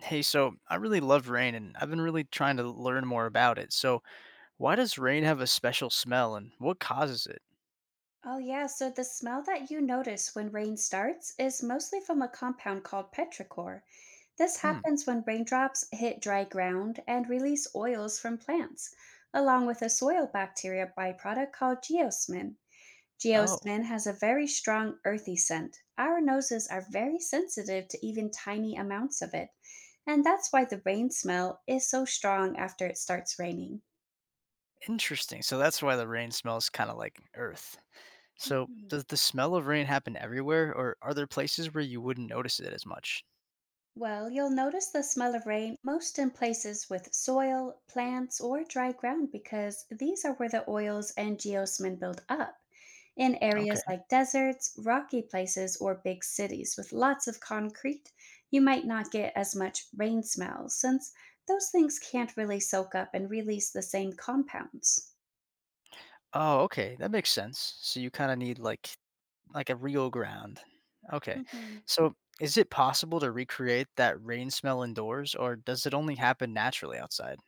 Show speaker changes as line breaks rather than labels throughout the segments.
Hey, so I really love rain and I've been really trying to learn more about it. So, why does rain have a special smell and what causes it?
Oh, yeah. So the smell that you notice when rain starts is mostly from a compound called petrichor. This
Hmm.
happens when raindrops hit dry ground and release oils from plants, along with a soil bacteria byproduct called geosmin.
Oh,
Geosmin has a very strong earthy scent. Our noses are very sensitive to even tiny amounts of it, and that's why the rain smell is so strong after it starts raining.
interesting. So, that's why the rain smells kind of like earth. So,
Mhm.
does the smell of rain happen everywhere or are there places where you wouldn't notice it as much?
Well, you'll notice the smell of rain most in places with soil, plants, or dry ground because these are where the oils and geosmin build up. In
Okay.
areas like deserts, rocky places, or big cities with lots of concrete, you might not get as much rain smell since those things can't really soak up and release the same compounds.
Oh, okay. That makes sense. So, you kind of need like a real ground. Okay.
Mhm.
So, is it possible to recreate that rain smell indoors or does it only happen naturally outside?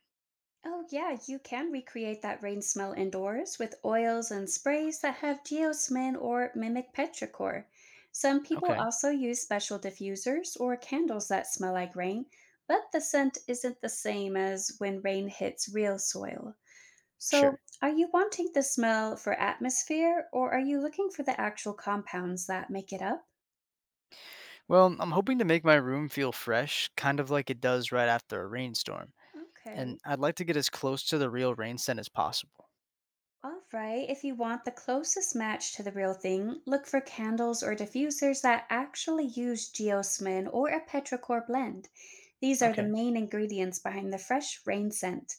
Oh, yeah, you can recreate that rain smell indoors with oils and sprays that have geosmin or mimic petrichor. Some people
Okay.
also use special diffusers or candles that smell like rain, but the scent isn't the same as when rain hits real soil. So,
Sure.
are you wanting the smell for atmosphere or are you looking for the actual compounds that make it up?
Well, I'm hoping to make my room feel fresh, kind of like it does right after a rainstorm.
Okay.
And I'd like to get as close to the real rain scent as possible.
All right, if you want the closest match to the real thing, look for candles or diffusers that actually use geosmin or a petrichor blend. These are the
Okay,
main ingredients behind the fresh rain scent.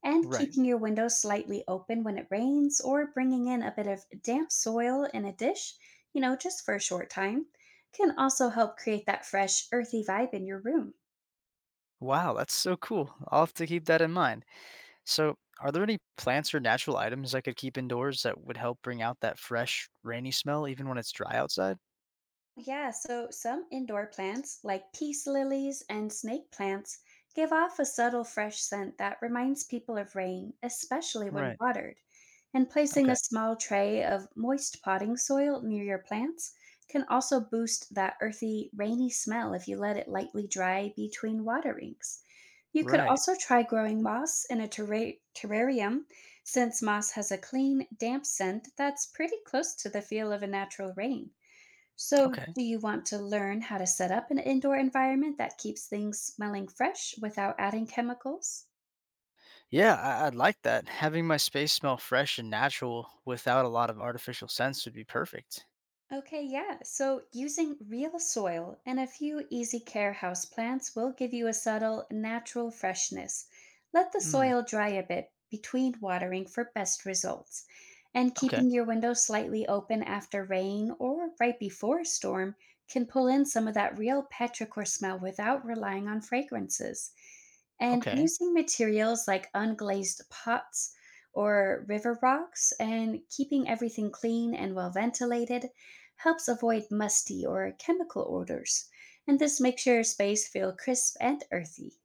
And
right.
keeping your window slightly open when it rains or bringing in a bit of damp soil in a dish, just for a short time, can also help create that fresh, earthy vibe in your room.
Wow, that's so cool. I'll have to keep that in mind. So, are there any plants or natural items I could keep indoors that would help bring out that fresh, rainy smell even when it's dry outside?
Yeah, so some indoor plants, like peace lilies and snake plants, give off a subtle fresh scent that reminds people of rain, especially when
Right.
watered. And placing a
Okay.
small tray of moist potting soil near your plants can also boost that earthy, rainy smell if you let it lightly dry between waterings. You could
Right.
also try growing moss in a terrarium, since moss has a clean, damp scent that's pretty close to the feel of a natural rain. So,
Okay.
do you want to learn how to set up an indoor environment that keeps things smelling fresh without adding chemicals?
Yeah, I'd like that. Having my space smell fresh and natural without a lot of artificial scents would be perfect.
Okay, yeah. So using real soil and a few easy care houseplants will give you a subtle, natural freshness. Let the
Mm.
soil dry a bit between watering for best results. And
Okay.
keeping your window slightly open after rain or right before a storm can pull in some of that real petrichor smell without relying on fragrances. And
Okay.
using materials like unglazed pots or river rocks and keeping everything clean and well ventilated helps avoid musty or chemical odors, and this makes your space feel crisp and earthy.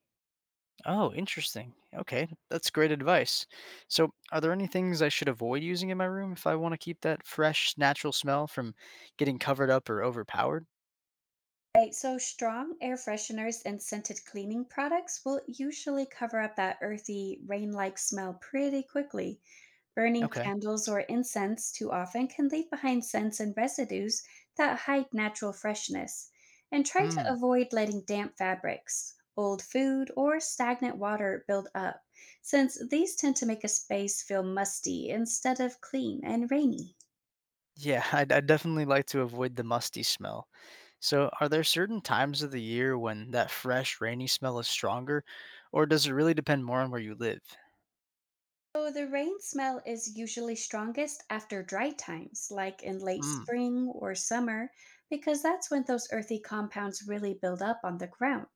Oh, interesting. Okay, that's great advice. So, are there any things I should avoid using in my room if I want to keep that fresh, natural smell from getting covered up or overpowered?
Right, so strong air fresheners and scented cleaning products will usually cover up that earthy, rain like smell pretty quickly. Burning
Okay.
candles or incense too often can leave behind scents and residues that hide natural freshness, and try to
Hmm.
avoid letting damp fabrics, old food, or stagnant water build up, since these tend to make a space feel musty instead of clean and rainy.
Yeah, I'd definitely like to avoid the musty smell. So, are there certain times of the year when that fresh, rainy smell is stronger, or does it really depend more on where you live?
So, the rain smell is usually strongest after dry times, like in late
Hmm.
spring or summer, because that's when those earthy compounds really build up on the ground.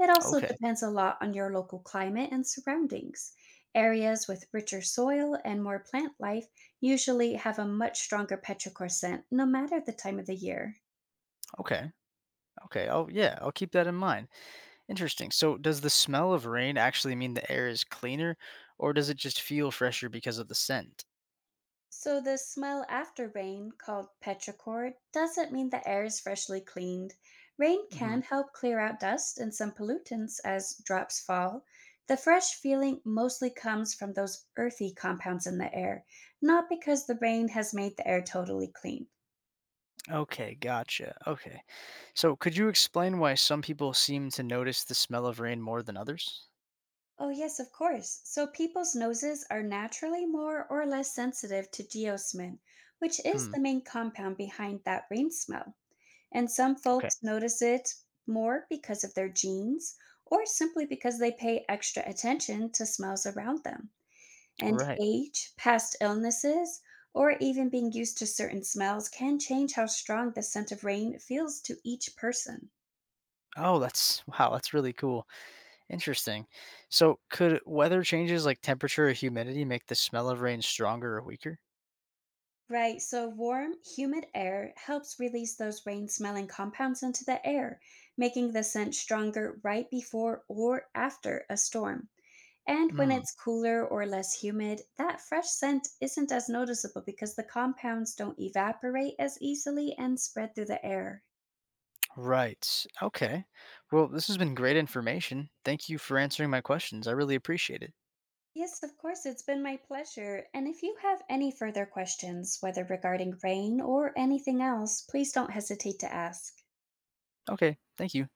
It also
Okay.
depends a lot on your local climate and surroundings. Areas with richer soil and more plant life usually have a much stronger petrichor scent no matter the time of the year.
Okay. Okay. Oh, yeah, I'll keep that in mind. Interesting. So, does the smell of rain actually mean the air is cleaner, or does it just feel fresher because of the scent?
So, the smell after rain, called petrichor, doesn't mean the air is freshly cleaned. Rain
Hmm.
can help clear out dust and some pollutants as drops fall. The fresh feeling mostly comes from those earthy compounds in the air, not because the rain has made the air totally clean.
Okay, gotcha. Okay. So, could you explain why some people seem to notice the smell of rain more than others?
Oh, yes, of course. So people's noses are naturally more or less sensitive to geosmin, which is
Hmm.
the main compound behind that rain smell. And some
Okay.
folks notice it more because of their genes or simply because they pay extra attention to smells around them. And
Right.
age, past illnesses, or even being used to certain smells can change how strong the scent of rain feels to each person.
Oh, that's really cool. Interesting. So, could weather changes like temperature or humidity make the smell of rain stronger or weaker?
Right, so warm, humid air helps release those rain smelling compounds into the air, making the scent stronger right before or after a storm. And when
Mm.
it's cooler or less humid, that fresh scent isn't as noticeable because the compounds don't evaporate as easily and spread through the air.
Right. Okay. Well, this has been great information. Thank you for answering my questions. I really appreciate it.
Yes, of course, it's been my pleasure. And if you have any further questions, whether regarding rain or anything else, please don't hesitate to ask.
Okay, thank you.